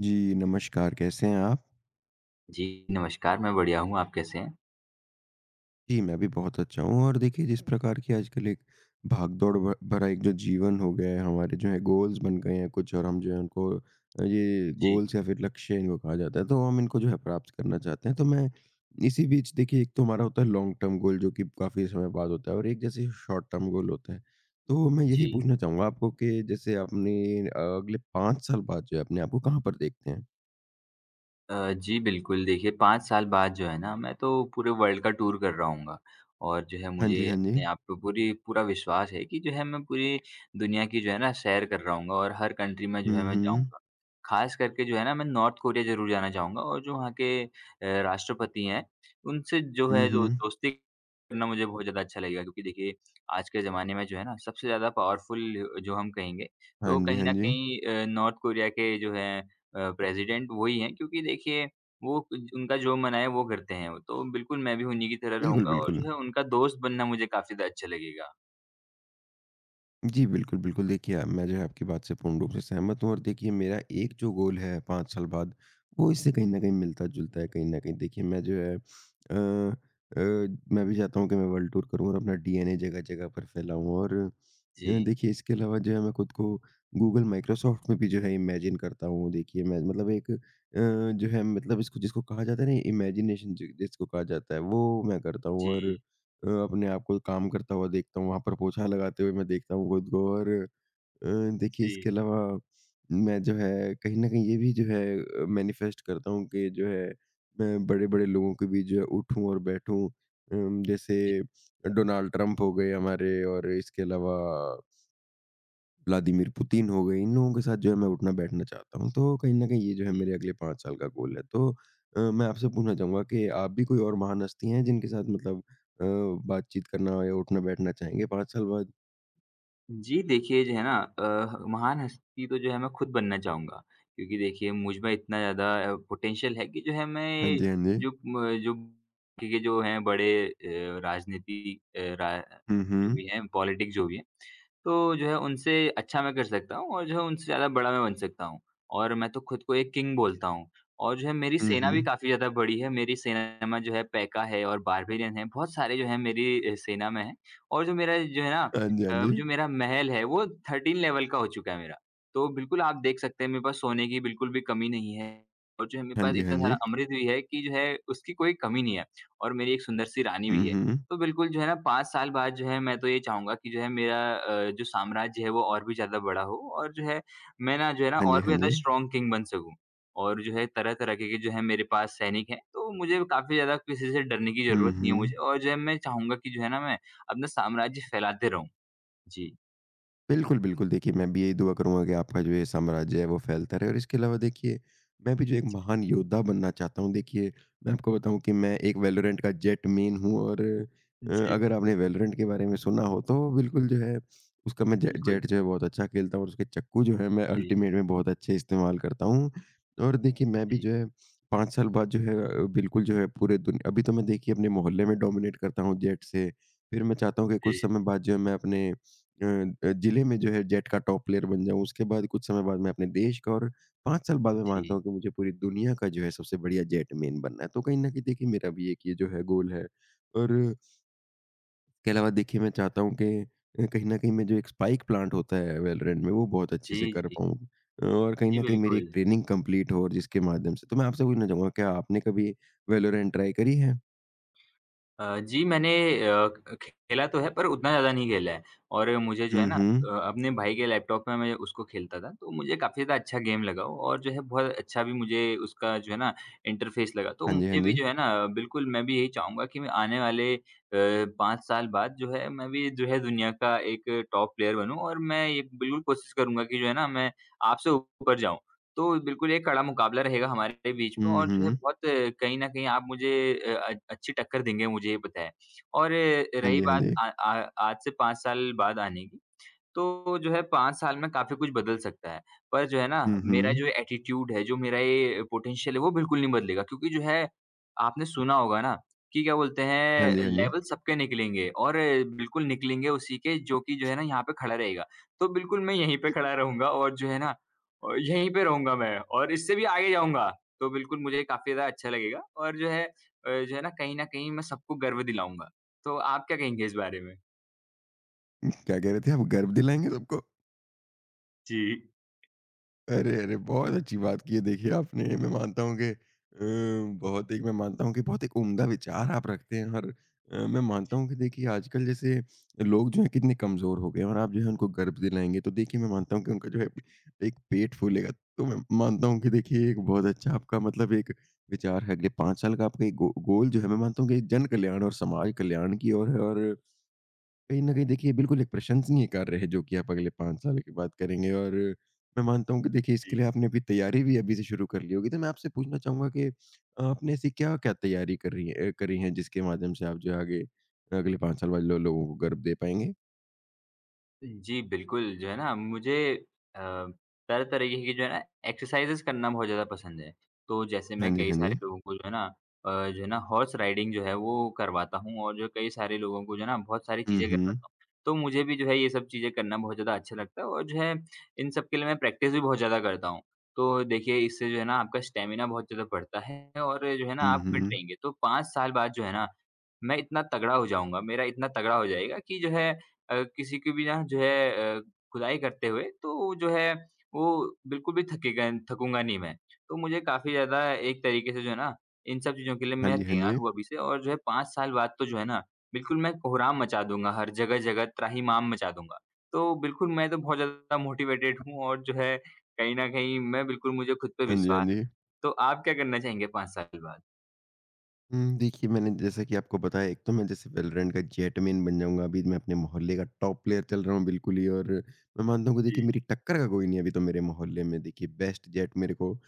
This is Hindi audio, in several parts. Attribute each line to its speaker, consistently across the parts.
Speaker 1: जी, नमस्कार, कैसे हैं आप?
Speaker 2: जी, नमस्कार, मैं बढ़िया हूँ, आप कैसे हैं?
Speaker 1: जी, मैं भी बहुत अच्छा हूँ और देखिए जिस प्रकार की आजकल एक भागदौड़ भ भरा एक जो जीवन हो गया है, हमारे जो है गोल्स बन गए हैं कुछ और हम जो है उनको ये
Speaker 2: जी,
Speaker 1: गोल्स या फिर लक्ष्य इनको कहा जाता है, तो हम इनको जो है प्राप्त करना चाहते हैं। तो मैं इसी बीच देखिए एक तो हमारा होता है लॉन्ग टर्म गोल जो कि काफ़ी समय बाद होता है और एक जैसे शॉर्ट टर्म गोल होता है। तो मैं यही
Speaker 2: जी।
Speaker 1: पूछना चाहूँगा आपको कि जैसे आपने अगले 5 साल बाद जो है अपने आप को कहाँ पर देखते हैं?
Speaker 2: जी, बिल्कुल। देखिए 5 साल बाद जो है ना, मैं तो पूरे वर्ल्ड का टूर कर रहा हूँगा और जो है
Speaker 1: हाँ
Speaker 2: मुझे
Speaker 1: जी, हाँ जी।
Speaker 2: अपने आप पे पूरी पूरा विश्वास है कि जो है मैं पूरी दुनिया की जो है ना सैर कर रहा हूँगा और हर कंट्री में जो
Speaker 1: हुँ,
Speaker 2: है मैं
Speaker 1: हुँ।
Speaker 2: जाऊँगा। ख़ास करके जो है ना मैं नॉर्थ कोरिया ज़रूर जाना चाहूँगा और जो वहाँ के राष्ट्रपति हैं, उनसे जो
Speaker 1: हुँ,
Speaker 2: है जो
Speaker 1: हुँ।
Speaker 2: दोस्ती करना मुझे बहुत ज़्यादा अच्छा लगेगा क्योंकि देखिए आज के ज़माने में जो है ना सबसे ज़्यादा पावरफुल जो हम कहेंगे,
Speaker 1: हाँ
Speaker 2: तो
Speaker 1: जी,
Speaker 2: कहीं
Speaker 1: हाँ
Speaker 2: न
Speaker 1: जी।
Speaker 2: कहीं नॉर्थ कोरिया के जो हैं प्रेज़िडेंट वही हैं क्योंकि देखिए वो कुज उनका जो मन आए वो करते हैं वो, तो बिल्कुल मैं भी उन्हीं की तरह
Speaker 1: बिल्कुल,
Speaker 2: रहूँगा और
Speaker 1: बिल्कुल।
Speaker 2: जो है उनका दोस्त बनना मुझे काफ़ी ज़्यादा अच्छा लगेगा।
Speaker 1: जी, बिल्कुल, बिल्कुल। देखिए, आप- मैं जो है आपकी बात से पूर्ण रूप से सहमत हूँ और देखिए मेरा एक जो गोल है 5 साल बाद, वो इससे कहीं न कहीं मिलता-जुलता है। कहीं न कहीं देखिए मैं जो है अ, मैं भी चाहता हूँ कि मैं वर्ल्ड टूर करूँ और अपना डीएनए जगह-जगह पर फैलाऊँ और
Speaker 2: जी,
Speaker 1: देखिए इसके अलावा जो है मैं खुद को गूगल, माइक्रोसॉफ्ट में भी जो है इमेजिन करता हूँ। देखिए मैं मतलब एक जो है मतलब इसको जिसको कहा जाता है ना इमेजिनेशन जि जिसको कहा जाता है, वो मैं करता हूँ और
Speaker 2: जी,
Speaker 1: अपने आप को काम करता हुआ देखता हूँ, वहाँ पर पोछा लगाते हुए मैं देखता हूँ खुद को और अ, देखिए इसके
Speaker 2: जी,
Speaker 1: अलावा मैं जो है कहीं न कहीं ये भी जो है मैनिफेस्ट करता हूँ कि जो है मैं बड़े-बड़े लोगों के बीच जो है उठूँ और बैठूँ। जैसे डोनाल्ड ट्रंप हो गए हमारे और इसके अलावा व्लादिमीर पुतिन हो गए, इन लोगों के साथ जो है मैं उठना बैठना चाहता हूँ। तो कहीं न कहीं ये जो है
Speaker 2: जी।
Speaker 1: मेरे अगले 5 साल का गोल है। तो मैं आपसे पूछना चाहूँगा कि आप भी कोई और महान हस्ती हैं जिनके साथ मतलब अ, बातचीत करना या उठना बैठना चाहेंगे 5 साल बाद?
Speaker 2: जी, देखिए जो है ना महान हस्ती तो जो है मैं खुद बनना चाहूँगा। क्योंकि देखिए मुझ में इतना ज़्यादा पोटेंशियल है कि जो है
Speaker 1: हाँ
Speaker 2: मैं
Speaker 1: जी, हाँ जी।
Speaker 2: जो म जो के जो हैं बड़े राजनीति अ, रा
Speaker 1: हुँ,
Speaker 2: जो
Speaker 1: हुँ।
Speaker 2: भी हैं पॉलिटिक्स जो भी हैं, तो जो है उनसे अच्छा मैं कर सकता हूँ और जो है उनसे ज़्यादा बड़ा मैं बन सकता हूँ। और मैं तो खुद को एक किंग बोलता हूँ और जो है मेरी
Speaker 1: हुँ,
Speaker 2: सेना
Speaker 1: हुँ।
Speaker 2: भी काफ़ी ज़्यादा बड़ी है। मेरी सेना में जो है पैका है और बारबेरियन है, बहुत सारे जो हैं मेरी सेना में हैं। और
Speaker 1: हाँ जी, हाँ जी।
Speaker 2: जो मेरा महल है वो 13 लेवल का हो चुका है मेरा। तो बिल्कुल आप देख सकते हैं मेरे पास सोने की बिल्कुल भी कमी नहीं है और जो है मेरे
Speaker 1: हाँ
Speaker 2: पास
Speaker 1: जी, हाँ
Speaker 2: इतना सारा
Speaker 1: जी।
Speaker 2: अमृत भी है कि जो है उसकी कोई कमी नहीं है और मेरी एक सुंदर सी रानी
Speaker 1: हुँ,
Speaker 2: भी है।
Speaker 1: हुँ।
Speaker 2: तो बिल्कुल जो है ना 5 साल बाद जो है मैं तो ये चाहूँगा कि जो है मेरा जो साम्राज्य है वो और भी ज़्यादा बड़ा हो और जो है मैं ना जो है ना
Speaker 1: हाँ जी,
Speaker 2: और भी
Speaker 1: हाँ
Speaker 2: ज़्यादा
Speaker 1: जी।
Speaker 2: स्ट्रॉन्ग किंग बन सकूँ। और जो है तरह-तरह के जो है मेरे पास सैनिक हैं तो मुझे काफ़ी ज़्यादा किसी से डरने की
Speaker 1: हुँ,
Speaker 2: ज़रूरत नहीं है
Speaker 1: हुँ।
Speaker 2: मुझे और जो है मैं चाहूँगा कि जो है ना मैं अपना साम्राज्य फैलाते रहूँ। जी,
Speaker 1: बिल्कुल, बिल्कुल। देखिए, मैं भी यही दुआ करूँगा कि आपका जो ये साम्राज्य है, वो फैलता रहे और इसके अलावा देखिए, मैं भी जो एक महान योद्धा बनना चाहता हूँ। देखिए, मैं आपको बताऊँ कि मैं एक वैलोरेंट का जेट मेन हूँ और
Speaker 2: जी,
Speaker 1: अगर आपने वैलोरेंट के बारे में सुना हो, तो बिल्कुल जो है, उसका मैं जे
Speaker 2: बिल्कुल।
Speaker 1: जेट जो है, बहुत अच्छा खेलता हूँ और उसके चक्कू जो है, मैं
Speaker 2: जी,
Speaker 1: अल्टीमेट में बहुत अच्छे इस्तेमाल करता हूँ। और देखिए, मैं भी
Speaker 2: जी,
Speaker 1: जो है, 5 साल बाद जो है बिल्कुल जो है, पूरे दुन अभी तो मैं देखिए, अपने मोहल्ले में डोमिनेट करता हूँ जेट से। फिर मैं चाहता हूँ कि कुछ
Speaker 2: जी,
Speaker 1: समय बाद जो है, मैं अपने अ जिले में जो है जेट का टॉप प्लेयर बन जाऊँ, उसके बाद कुछ समय बाद मैं अपने देश का और 5 साल बाद मैं मानता
Speaker 2: जी,
Speaker 1: हूँ कि मुझे पूरी दुनिया का जो है सबसे बढ़िया जेटमैन बनना है। तो कहीं न कहीं देखिए मेरा भी एक ये जो है गोल है और इसके अलावा देखिए मैं चाहता हूँ कि कहीं न कहीं मैं जो एक स्पाइक प्लांट होता है वैलोरेंट में वो बहुत अच्छे
Speaker 2: जी,
Speaker 1: से कर
Speaker 2: जी,
Speaker 1: पाऊँ और कहीं
Speaker 2: जी,
Speaker 1: न कहीं मेरी एक
Speaker 2: बिल्कुल।
Speaker 1: ट्रेनिंग कंप्लीट हो और जिसके माध्यम से तो मैं आपसे पूछना चाहूँगा क्या आपने कभी वैलोरेंट ट्राई करी है?
Speaker 2: जी, मैंने अ, ख खेला तो है पर उतना ज़्यादा नहीं खेला है और मुझे जो है
Speaker 1: हुँ,
Speaker 2: ना
Speaker 1: हुँ।
Speaker 2: अपने भाई के लैपटॉप में मैं उसको खेलता था, तो मुझे काफ़ी ज़्यादा अच्छा गेम लगा वो और जो है बहुत अच्छा भी मुझे उसका जो है ना इंटरफ़ेस लगा। तो
Speaker 1: हाँ जी, हाँ
Speaker 2: मुझे भी
Speaker 1: जी।
Speaker 2: जो है ना बिल्कुल मैं भी यही चाहूँगा कि मैं आने वाले 5 साल बाद जो है मैं भी जो है दुनिया का एक टॉप प्लेयर बनूँ और मैं ये बिल्कुल कोशिश करूँगा कि जो है ना मैं आपसे ऊपर जाऊँ। तो बिल्कुल एक कड़ा मुकाबला रहेगा हमारे बीच में
Speaker 1: हुँ,
Speaker 2: और जो है
Speaker 1: हुँ।
Speaker 2: बहुत कहीं न कहीं आप मुझे अच्छी टक्कर देंगे मुझे ये पता है। और
Speaker 1: हाँ
Speaker 2: रही
Speaker 1: जी, हाँ
Speaker 2: बात
Speaker 1: जी।
Speaker 2: आ आ आज से 5 साल बाद आने की, तो जो है 5 साल में काफ़ी कुछ बदल सकता है। पर जो है ना
Speaker 1: हुँ,
Speaker 2: मेरा
Speaker 1: हुँ।
Speaker 2: जो एटीट्यूड है, जो मेरा ये पोटेंशियल है वो बिल्कुल नहीं बदलेगा क्योंकि जो है आपने सुना होगा ना कि क्या बोलते
Speaker 1: हाँ
Speaker 2: हैं
Speaker 1: जी, हाँ जी।
Speaker 2: लेवल सबके निकलेंगे और बिल्कुल निकलेंगे उसी के जो कि जो है ना यहाँ पे खड़ा रहेगा। तो बिल्कुल मैं यहीं पे खड़ा रहूँगा और जो है ना यहीं पे रहूँगा मैं और इससे भी आगे जाऊँगा। तो बिल्कुल मुझे काफ़ी ज़्यादा अच्छा लगेगा और जो है ना कहीं न कहीं मैं सबको गर्व दिलाऊँगा। तो आप क्या कहेंगे इस बारे में?
Speaker 1: क्या कह रहे थे आप गर्व दिलाएँगे सबको?
Speaker 2: जी।
Speaker 1: अरे, अरे! बहुत अच्छी बात की है देखिए आपने। मैं मानता हूँ कि बहुत एक मैं मानता हूँ कि बहुत एक उम्दा विचार आप रखते हैं और मैं मानता
Speaker 2: जी,
Speaker 1: हूँ कि देखिए आजकल जैसे लोग जो हैं कितने कमज़ोर हो गए हैं और आप जो है उनको गर्व दिलाएँगे तो देखिए मैं मानता हूँ कि उनका जो है एक पेट फूलेगा। तो मैं मानता हूँ कि देखिए एक बहुत अच्छा आपका मतलब एक विचार है। अगले 5 साल का आपका एक गो गोल जो है मैं मानता हूँ कि जन कल्याण और समाज कल्याण की ओर है और कहीं न कहीं देखिए बिल्कुल एक प्रशंसनीय कार्य है जो कि आप अगले 5 साल के बाद करेंगे और मैं मानता हूँ कि देखिए इसके
Speaker 2: जी।
Speaker 1: लिए आपने अभी तैयारी भी अभी से शुरू कर ली होगी। तो मैं आपसे पूछना चाहूँगा कि आपने ऐसी क्या-क्या तैयारी कर रही हैं करी हैं जिसके माध्यम से आप जो है आगे अगले 5 साल बाद लो लोगों को गर्व दे पाएँगे?
Speaker 2: जी, बिल्कुल, जो है ना मुझे अ, तरह तरीके की जो है ना एक्सरसाइज़ेज़ करना बहुत ज़्यादा पसंद है। तो जैसे
Speaker 1: हाँ
Speaker 2: मैं
Speaker 1: जी,
Speaker 2: कई
Speaker 1: हाँ
Speaker 2: सारे
Speaker 1: जी।
Speaker 2: लोगों को जो है ना जो है ना हॉर्स राइडिंग जो है वो करवाता हूँ और जो कई सारे लोगों को जो है ना बहुत सारी
Speaker 1: हुँ,
Speaker 2: चीज़ें
Speaker 1: हुँ।
Speaker 2: करवाता हूँ। तो मुझे भी जो है ये सब चीज़ें करना बहुत ज़्यादा अच्छा लगता है और जो है इन सब के लिए मैं प्रैक्टिस भी बहुत ज़्यादा करता हूँ। तो देखिए इससे जो है ना आपका स्टैमिना बहुत ज़्यादा बढ़ता है और जो है ना
Speaker 1: हुँ,
Speaker 2: आप फिट
Speaker 1: हुँ।
Speaker 2: रहेंगे। तो 5 साल बाद जो है ना मैं इतना तगड़ा हो जाऊँगा, मेरा इतना तगड़ा हो जाएगा कि जो है किसी की भी ना खुदाई करते हुए तो जो है वो बिल्कुल भी थकेगा थकूँगा नहीं मैं। तो मुझे काफ़ी ज़्यादा एक तरीके से जो है ना इन सब चीज़ों के लिए
Speaker 1: हाँ
Speaker 2: मैं
Speaker 1: जी, हाँ जी।
Speaker 2: तैयार हूँ अभी से और जो है 5 साल बाद तो जो है ना बिल्कुल मैं कोहराम मचा दूँगा हर जगह-जगह त्राहिमाम मचा दूँगा। तो बिल्कुल मैं तो बहुत ज़्यादा मोटिवेटेड हूँ और जो है कहीं न कहीं मैं बिल्कुल मुझे खुद पे
Speaker 1: हाँ जी, हाँ
Speaker 2: विश्वास।
Speaker 1: जी।
Speaker 2: तो आप क्या करना चाहेंगे 5 साल बाद?
Speaker 1: हुँ, देखिए मैंने जैसा कि आपको बताया एक तो मैं जैसे वेलोरेंट का जेट मेन बन जाऊँगा, अभी मैं अपने मोहल्ले का टॉप प्लेयर चल रहा हूँ बिल्कुल ही और मैं मानता हूँ कि देखिए
Speaker 2: जी।
Speaker 1: मेरी टक्कर का कोई नहीं है अभी तो मेरे मोहल्ले में देखिए बेस्ट जेट मेरे को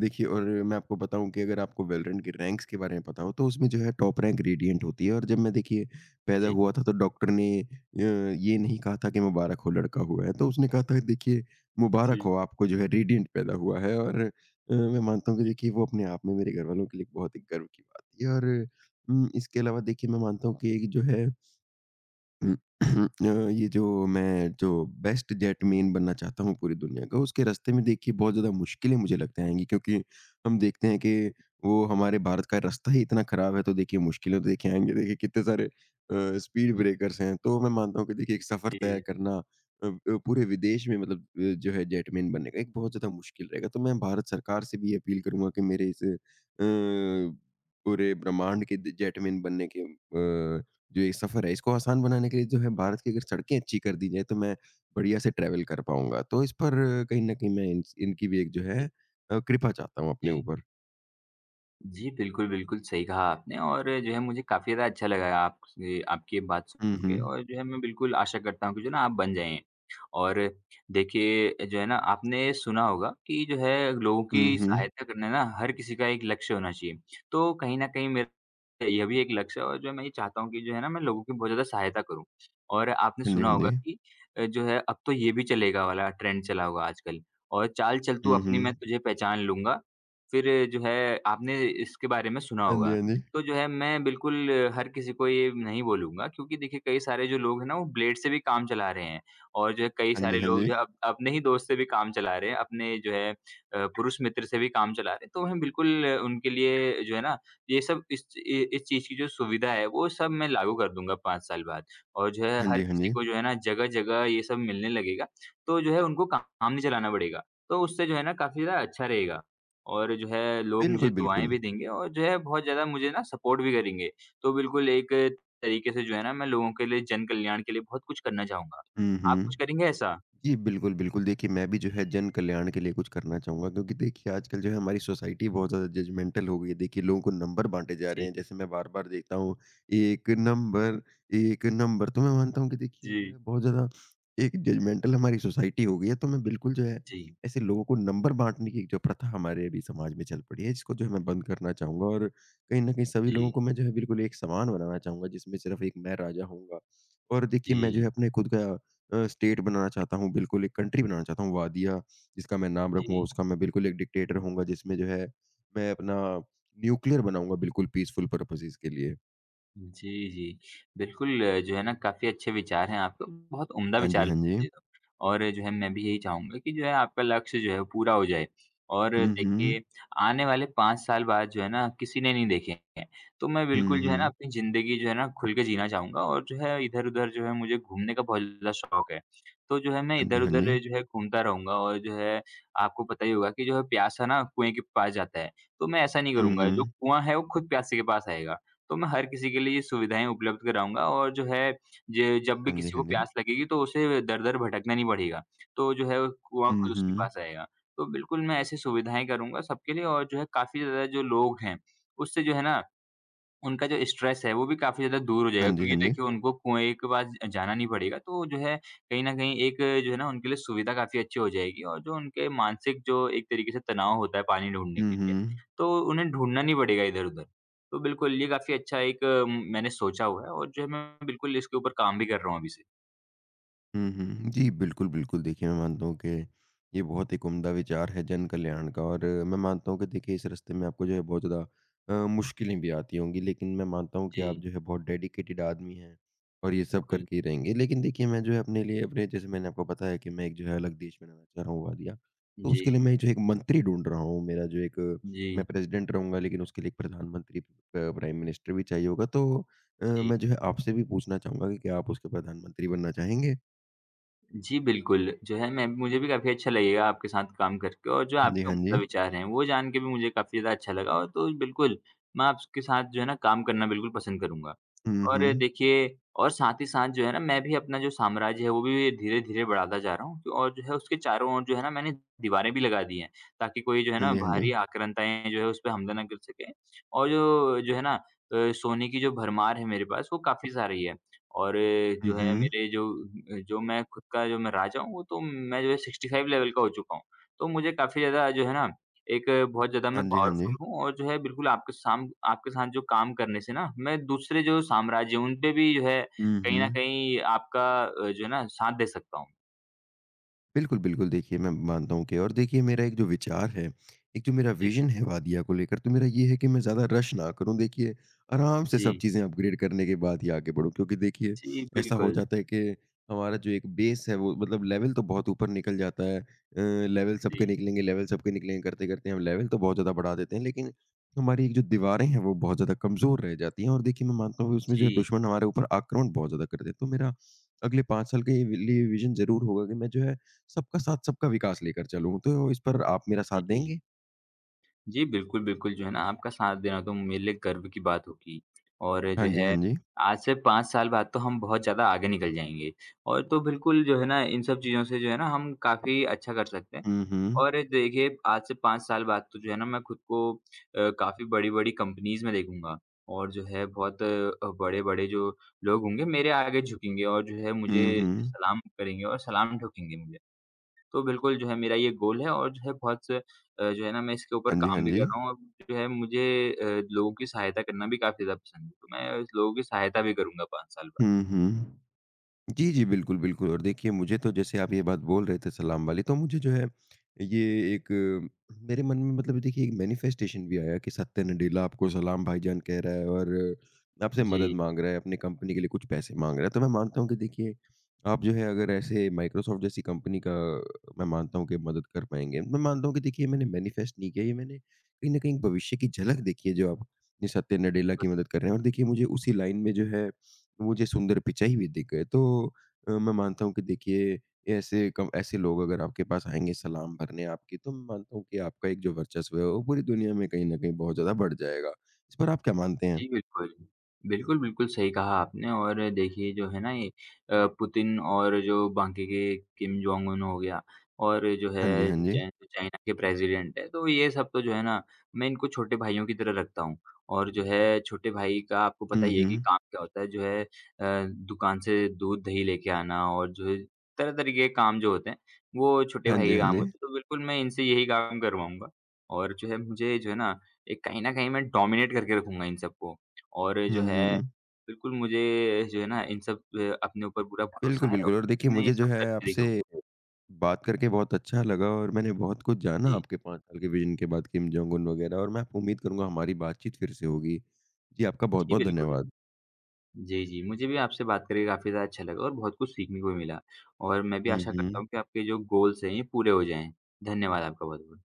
Speaker 1: देखिए और मैं आपको बताऊँ कि अगर आपको वेलोरेंट के रैंक्स के बारे में पता हो तो उसमें जो है टॉप रैंक रेडिएंट होती है और जब मैं देखिए पैदा
Speaker 2: जी।
Speaker 1: हुआ था तो डॉक्टर ने ये नहीं कहा था कि मुबारक हो लड़का हुआ है, तो उसने कहा था देखिए मुबारक
Speaker 2: जी,
Speaker 1: हो आपको जो है रेडिएंट पैदा हुआ है और मैं मानता हूँ कि
Speaker 2: जी।
Speaker 1: देखिए वो अपने आप में मेरे घर वालों के लिए बहुत एक गर्व की बात थी और इसके अलावा देखिए मैं मानता हूँ कि एक जो है हुँ, ये जो मैं जो बेस्ट जेटमैन बनना चाहता हूँ पूरी दुनिया का, उसके रास्ते में देखिए बहुत ज़्यादा मुश्किलें मुझे लगता आएँगी क्योंकि हम देखते हैं कि वो हमारे भारत का रास्ता ही इतना ख़राब है, तो देखिए मुश्किलें तो देखिए आएँगी। देखिए कितने सारे स्पीड ब्रेकर्स हैं, तो मैं मानता हूँ कि देखिए एक सफ़र तय
Speaker 2: जी,
Speaker 1: करना अ अ, पूरे विदेश में मतलब जो है जेटमैन बनने का एक बहुत ज़्यादा मुश्किल रहेगा। तो मैं भारत सरकार से भी अपील करूँगा कि मेरे इस पूरे ब्रह्मांड के द जेटमैन बनने के अ जो ये सफ़र है, इसको आसान बनाने के लिए जो है भारत की अगर सड़कें अच्छी कर दी जाएँ, तो मैं बढ़िया से ट्रैवल कर पाऊँगा। तो इस पर कहीं न कहीं मैं इन इनकी भी एक जो है
Speaker 2: जी,
Speaker 1: कृपा चाहता हूँ अपने
Speaker 2: जी।
Speaker 1: ऊपर।
Speaker 2: जी, बिल्कुल, बिल्कुल सही कहा आपने और जो है मुझे काफ़ी ज़्यादा अच्छा लगा आपसे आपकी ये बात
Speaker 1: हुँ,
Speaker 2: सुन के
Speaker 1: हुँ।
Speaker 2: और जो है मैं बिल्कुल आशा करता हूँ कि जो है ना आप बन जाएँ। और देखिए जो है ना आपने सुना होगा कि जो है लोगों
Speaker 1: हुँ,
Speaker 2: की
Speaker 1: हुँ।
Speaker 2: सहायता करना ना हर किसी का एक लक्ष्य होना चाहिए। तो कहीं न कहीं मेरा यह भी एक लक्ष्य है और जो मैं ये चाहता हूँ कि जो है ना मैं लोगों की बहुत ज़्यादा सहायता करूँ। और आपने
Speaker 1: हाँ जी,
Speaker 2: सुना
Speaker 1: हाँ
Speaker 2: होगा
Speaker 1: जी।
Speaker 2: कि जो है अब तो ये भी चलेगा वाला ट्रेंड चला होगा आजकल और चाल चल तू
Speaker 1: हुँ, हुँ।
Speaker 2: अपनी मैं तुझे पहचान लूँगा फिर जो है आपने इसके बारे में सुना
Speaker 1: हाँ जी,
Speaker 2: होगा।
Speaker 1: हाँ जी।
Speaker 2: तो जो है मैं बिल्कुल हर किसी को ये नहीं बोलूँगा क्योंकि देखिए कई सारे जो लोग हैं ना वो ब्लेड से भी काम चला रहे हैं और जो है कई
Speaker 1: हाँ जी,
Speaker 2: सारे
Speaker 1: हाँ
Speaker 2: लोग
Speaker 1: जी।
Speaker 2: जो है अप अपने ही दोस्त से भी काम चला रहे हैं, अपने पुरुष मित्र से भी काम चला रहे हैं। तो मैं बिल्कुल उनके लिए जो है ना ये सब इस चीज़ की जो सुविधा है वो सब मैं लागू कर दूँगा 5 साल बाद और जो है
Speaker 1: हाँ
Speaker 2: हर
Speaker 1: जी, हाँ
Speaker 2: किसी
Speaker 1: जी।
Speaker 2: को जो है ना जगह-जगह ये सब मिलने लगेगा, तो जो है उनको काम नहीं चलाना पड़ेगा। तो उससे जो है ना काफ़ी ज़्यादा अच्छा रहेगा। और जो है लोग मुझे
Speaker 1: बिल्कुल,
Speaker 2: दुआएँ
Speaker 1: बिल्कुल।
Speaker 2: भी देंगे और जो है बहुत ज़्यादा मुझे ना सपोर्ट भी करेंगे। तो बिल्कुल एक तरीके से जो है ना मैं लोगों के लिए जन कल्याण के लिए बहुत कुछ करना चाहूँगा।
Speaker 1: हुँ,
Speaker 2: आप कुछ
Speaker 1: हुँ।
Speaker 2: करेंगे ऐसा?
Speaker 1: जी, बिल्कुल, बिल्कुल। देखिए, मैं भी जो है जन कल्याण के लिए कुछ करना चाहूँगा क्योंकि देखिए आजकल जो है हमारी सोसाइटी बहुत ज़्यादा जजमेंटल हो गई है। देखिए, लोगों को नंबर बाँटे जा रहे
Speaker 2: जी।
Speaker 1: हैं, जैसे मैं बार-बार देखता हूँ, 1 नंबर, 1 नंबर। तो मैं मानता हूँ कि देखिए जो है
Speaker 2: जी।
Speaker 1: बहुत ज़्यादा एक जजमेंटल हमारी सोसाइटी हो गई है, तो मैं बिल्कुल जो है
Speaker 2: जी।
Speaker 1: ऐसे लोगों को नंबर बाँटने की एक जो प्रथा हमारे अभी समाज में चल पड़ी है, इसको जो है मैं बंद करना चाहूँगा और कहीं न कहीं सभी लोगों
Speaker 2: जी।
Speaker 1: को मैं जो है बिल्कुल एक समान बनाना चाहूँगा, जिसमें सिर्फ़ एक मैं राजा होऊँगा। और देखिए, मैं जो
Speaker 2: जी।
Speaker 1: है अपने खुद का स्टेट बनाना चाहता हूँ, बिल्कुल एक कंट्री बनाना चाहता हूँ, वादिया जिसका मैं नाम रखूँगा,
Speaker 2: जी।
Speaker 1: उसका मैं बिल्कुल एक डिक्टेटर होऊँगा जिसमें जो है मैं अपना न्यूक्लियर बनाऊँगा बिल्कुल पीसफुल पर्पसेज़ के लिए।
Speaker 2: जी, जी। बिल्कुल जो है ना काफ़ी अच्छे विचार हैं आपके, बहुत उम्दा
Speaker 1: हाँ जी,
Speaker 2: विचार
Speaker 1: हाँ जी।
Speaker 2: ये तो। और जो है मैं भी यही चाहूँगा कि जो है आपका लक्ष्य जो है वो पूरा हो जाए। और
Speaker 1: हुँ, हुँ।
Speaker 2: देखिए आने वाले 5 साल बाद जो है ना किसी ने नहीं देखे हैं, तो मैं
Speaker 1: हुँ,
Speaker 2: बिल्कुल जो है ना
Speaker 1: हुँ।
Speaker 2: अपनी ज़िंदगी जो है ना खुल के जीना चाहूँगा और जो है इधर-उधर जो है मुझे घूमने का बहुत ज़्यादा शौक है। तो जो है मैं
Speaker 1: हाँ जी, हाँ जी।
Speaker 2: इधर-उधर जो है घूमता रहूँगा और जो है आपको पता ही होगा कि जो है प्यासा ना कुएँ के पास जाता है, तो मैं ऐसा नहीं
Speaker 1: हुँ,
Speaker 2: करूँगा, जो
Speaker 1: हुँ।
Speaker 2: कुआँ है वो खुद प्यासे के पास आएगा। तो मैं हर किसी के लिए ये सुविधाएँ उपलब्ध कराऊँगा और जो है, ज जब भी
Speaker 1: हाँ जी,
Speaker 2: किसी
Speaker 1: हाँ
Speaker 2: को
Speaker 1: जी।
Speaker 2: प्यास लगेगी तो उसे दर-दर भटकना नहीं पड़ेगा। तो जो है कुआँ
Speaker 1: हुँ,
Speaker 2: खुद उसके
Speaker 1: हुँ।
Speaker 2: पास आएगा। तो बिल्कुल मैं ऐसी सुविधाएँ करूँगा सबके लिए और जो है काफ़ी ज़्यादा जो लोग हैं, उससे जो है ना उनका जो स्ट्रेस है वो भी काफ़ी ज़्यादा दूर हो
Speaker 1: हाँ
Speaker 2: जाएगा
Speaker 1: जी,
Speaker 2: क्योंकि
Speaker 1: हाँ जी।
Speaker 2: देखिए उनको कुएँ के पास जाना नहीं पड़ेगा तो जो है कहीं न कहीं एक जो है ना उनके लिए सुविधा काफ़ी अच्छी हो जाएगी और जो उनके मानसिक जो एक तरीके से तनाव होता है पानी ढूँढने
Speaker 1: हुँ,
Speaker 2: के लिए,
Speaker 1: हुँ।
Speaker 2: तो उन्हें ढूँढना नहीं पड़ेगा इधर-उधर। तो बिल्कुल ये काफ़ी अच्छा एक, मैंने सोचा हुआ है और जो है मैं बिल्कुल इसके ऊपर काम भी कर रहा हूँ अभी से।
Speaker 1: हुँ, हुँ। जी, बिल्कुल, बिल्कुल। देखिए, मैं मानता हूँ कि ये बहुत एक उम्दा विचार है जन कल्याण का और मैं मानता हूँ कि देखिए इस रास्ते में आपको जो है बहुत ज़्यादा मुश्किलें भी आती होंगी, लेकिन मैं मानता हूँ कि आप
Speaker 2: जी,
Speaker 1: जो है बहुत डेडिकेटेड आदमी हैं और ये सब
Speaker 2: बिल्कुल।
Speaker 1: करके ही रहेंगे। लेकिन देखिए मैं जो है अपने लिए अपने जैसे मैंने आपको बताया कि मैं एक जो है अलग देश में रहना चाह रहा हूँ वादियाँ, तो उसके
Speaker 2: जी,
Speaker 1: लिए मैं जो एक मंत्री ढूँढ रहा हूँ। मेरा जो एक मैं
Speaker 2: जी,
Speaker 1: प्रेज़िडेंट रहूँगा लेकिन उसके लिए एक प्रधानमंत्री प्राइम मिनिस्टर भी चाहिए होगा। तो
Speaker 2: जी।
Speaker 1: मैं जो है आपसे भी पूछना चाहूँगा कि क्या आप उसके प्रधानमंत्री बनना चाहेंगे?
Speaker 2: जी, बिल्कुल, जो है मैं मुझे भी काफ़ी अच्छा लगेगा आपके साथ काम करके और जो
Speaker 1: हाँ जी,
Speaker 2: आपके
Speaker 1: हाँ
Speaker 2: उम्दा
Speaker 1: जी।
Speaker 2: विचार हैं, वो जान के भी मुझे काफ़ी ज़्यादा अच्छा लगा और तो बिल्कुल, मैं आपके साथ जो है ना काम करना बिल्कुल पसंद करूँगा।
Speaker 1: हुँ,
Speaker 2: और
Speaker 1: हुँ।
Speaker 2: देखिए और साथ ही साथ जो है ना मैं भी अपना जो साम्राज्य है, वो भी धीरे-धीरे बढ़ाता जा रहा हूँ तो और जो है उसके चारों ओर जो है ना मैंने दीवारें भी लगा दी हैं, ताकि कोई जो है
Speaker 1: हाँ
Speaker 2: ना
Speaker 1: जी, हाँ जी।
Speaker 2: बाहरी आक्रांताएँ जो है उस पे हमला ना कर सके और जो है ना सोने की जो भरमार है मेरे पास, वो काफ़ी सारी है। और
Speaker 1: हुँ,
Speaker 2: जो है
Speaker 1: हुँ।
Speaker 2: मेरे जो जो मैं खुद का जो मैं राजा हूँ, वो तो मैं जो है 65 लेवल का हो चुका हूँ। तो मुझे काफ़ी ज़्यादा जो है ना, एक बहुत ज़्यादा
Speaker 1: हाँ
Speaker 2: मैं
Speaker 1: जी, हाँ जी।
Speaker 2: पावरफुल हूँ और जो है बिल्कुल आपके साथ जो काम करने से ना, मैं दूसरे जो साम्राज्य हैं, उनपे भी जो है
Speaker 1: हुँ,
Speaker 2: कहीं न
Speaker 1: हुँ।
Speaker 2: कहीं आपका जो है ना साथ दे सकता हूँ।
Speaker 1: बिल्कुल, बिल्कुल। देखिए, मैं मानता हूँ कि और देखिए मेरा एक जो विचार है, एक जो मेरा
Speaker 2: जी।
Speaker 1: विज़न है वादिया को लेकर, तो मेरा ये है कि मैं ज़्यादा रश ना करूँ। देखिए, आराम से सब
Speaker 2: जी।
Speaker 1: चीज़ें अपग्रेड करने के बाद ही आगे बढ़ूँ क्योंकि देखिए
Speaker 2: जी,
Speaker 1: ऐसा हो
Speaker 2: बिल्कुल।
Speaker 1: जाता है कि हमारा जो एक बेस है वो मतलब लेवल तो बहुत ऊपर निकल जाता है।
Speaker 2: जी।
Speaker 1: लेवल सबके निकलेंगे करते-करते हम लेवल तो बहुत ज़्यादा बढ़ा देते हैं लेकिन हमारी एक जो दीवारें हैं वो बहुत ज़्यादा कमज़ोर रह जाती हैं और देखिए मैं मानता हूँ कि उसमें जो
Speaker 2: जी,
Speaker 1: है दुश्मन हमारे ऊपर आक्रमण बहुत ज़्यादा करते हैं। तो मेरा अगले 5 साल के लिए विज़न ज़रूर होगा कि मैं जो है सबका साथ, सबका विकास लेकर चलूँ, तो इस पर आप मेरा साथ
Speaker 2: जी।
Speaker 1: देंगे?
Speaker 2: जी, बिल्कुल, बिल्कुल, जो है ना आपका साथ देना तो मेरे लिए गर्व की बात होगी और
Speaker 1: हाँ
Speaker 2: जो
Speaker 1: जी,
Speaker 2: है
Speaker 1: हाँ जी।
Speaker 2: आज से 5 साल बाद तो हम बहुत ज़्यादा आगे निकल जाएँगे और तो बिल्कुल जो है ना इन सब चीज़ों से जो है ना हम काफ़ी अच्छा कर सकते हैं।
Speaker 1: हुँ, हुँ।
Speaker 2: और देखिए आज से 5 साल बाद तो जो है ना मैं खुद को काफ़ी बड़ी-बड़ी कंपनीज़ में देखूँगा और जो है बहुत बड़े-बड़े जो लोग होंगे मेरे आगे झुकेंगे और जो है
Speaker 1: हुँ,
Speaker 2: मुझे
Speaker 1: हुँ।
Speaker 2: सलाम करेंगे और सलाम ठोकेंगे मुझे। तो बिल्कुल जो है मेरा ये गोल है और जो है बहुत से जो है ना मैं इसके ऊपर
Speaker 1: हाँ जी, हाँ
Speaker 2: काम भी कर
Speaker 1: जी।
Speaker 2: रहा हूँ और जो है मुझे अ, लोगों की सहायता करना भी काफ़ी ज़्यादा पसंद है। तो मैं लोगों की सहायता भी करूँगा 5 साल बाद।
Speaker 1: हुँ, हुँ। जी, जी। बिल्कुल, बिल्कुल और देखिए मुझे तो जैसे आप ये बात बोल रहे थे सलाम वाली तो मुझे जो है ये एक मेरे मन में मतलब देखिए एक मैनिफेस्टेशन भी आया कि सत्या नडेला आपको सलाम भाईजान कह रहा है और आपसे मदद
Speaker 2: जी।
Speaker 1: माँग रहा है, अपनी कंपनी के लिए कुछ पैसे माँग रहा है। तो मैं मानता हूँ कि देखिए आप जो है अगर ऐसे माइक्रोसॉफ्ट जैसी कंपनी का अ, मैं मानता हूँ कि मदद कर पाएँगे। मैं मानता हूँ कि देखिए मैंने मैनिफेस्ट नहीं किया, ये मैंने कहीं न कहीं भविष्य की झलक देखी है जो आप ये सत्या नडेला की मदद कर रहे हैं और देखिए मुझे उसी लाइन में जो है मुझे सुंदर पिचाई भी दिख गए। तो मैं मानता हूँ कि देखिए ऐसे कम ऐसे लोग अगर आपके पास आएँगे सलाम भरने आपकी तो मैं मानता हूँ कि आपका एक जो वर्चस्व है वो पूरी दुनिया में कहीं न कहीं बहुत ज़्यादा बढ़ जाएगा। इस पर आप क्या मानते हैं?
Speaker 2: जी, बिल्कुल। बिल्कुल, बिल्कुल सही कहा आपने और देखिए जो है ना ये पुतिन और जो बाकी के किम जोंग उन हो गया और जो है
Speaker 1: हाँ जी, हाँ जी।
Speaker 2: चाइना के प्रेज़िडेंट हैं, तो ये सब तो जो है ना मैं इनको छोटे भाइयों की तरह रखता हूँ और जो है छोटे भाई का आपको पता
Speaker 1: हुँ,
Speaker 2: ही है कि
Speaker 1: हुँ।
Speaker 2: काम क्या होता है जो है दुकान से दूध, दही लेके आना और जो है तरह-तरह के काम जो होते हैं, वो छोटे
Speaker 1: हाँ
Speaker 2: भाई
Speaker 1: जी,
Speaker 2: के
Speaker 1: हाँ
Speaker 2: काम होते
Speaker 1: जी।
Speaker 2: हैं। तो बिल्कुल मैं इनसे यही काम करवाऊँगा और जो है मुझे जो है ना एक कहीं न कहीं मैं डोमिनेट करके रखूँगा इन सबको और
Speaker 1: हुँ,
Speaker 2: जो है
Speaker 1: हुँ।
Speaker 2: बिल्कुल मुझे जो है ना इन सब अपने ऊपर पूरा भरोसा
Speaker 1: बिल्कुल,
Speaker 2: है
Speaker 1: बिल्कुल
Speaker 2: और
Speaker 1: और देखिए
Speaker 2: मैं
Speaker 1: मुझे
Speaker 2: ये
Speaker 1: जो
Speaker 2: सब
Speaker 1: है
Speaker 2: करके
Speaker 1: आपसे
Speaker 2: दिखाऊँगा।
Speaker 1: बात करके बहुत अच्छा लगा और मैंने बहुत कुछ जाना
Speaker 2: जी।
Speaker 1: आपके 5 साल के विज़न के बाद किम जोंग उन वगैरह और मैं उम्मीद करूँगा हमारी बातचीत फिर से होगी। जी, आपका
Speaker 2: जी,
Speaker 1: बहुत-बहुत
Speaker 2: बिल्कुल।
Speaker 1: धन्यवाद।
Speaker 2: जी, जी। मुझे भी आपसे बात करके काफ़ी ज़्यादा अच्छा लगा और बहुत कुछ सीखने को भी मिला और मैं भी
Speaker 1: हुँ,
Speaker 2: आशा करता
Speaker 1: हुँ।
Speaker 2: हूँ कि आपके जो गोल्स हैं ये पूरे हो जाएँ। धन्यवाद आपका बहुत-बहुत।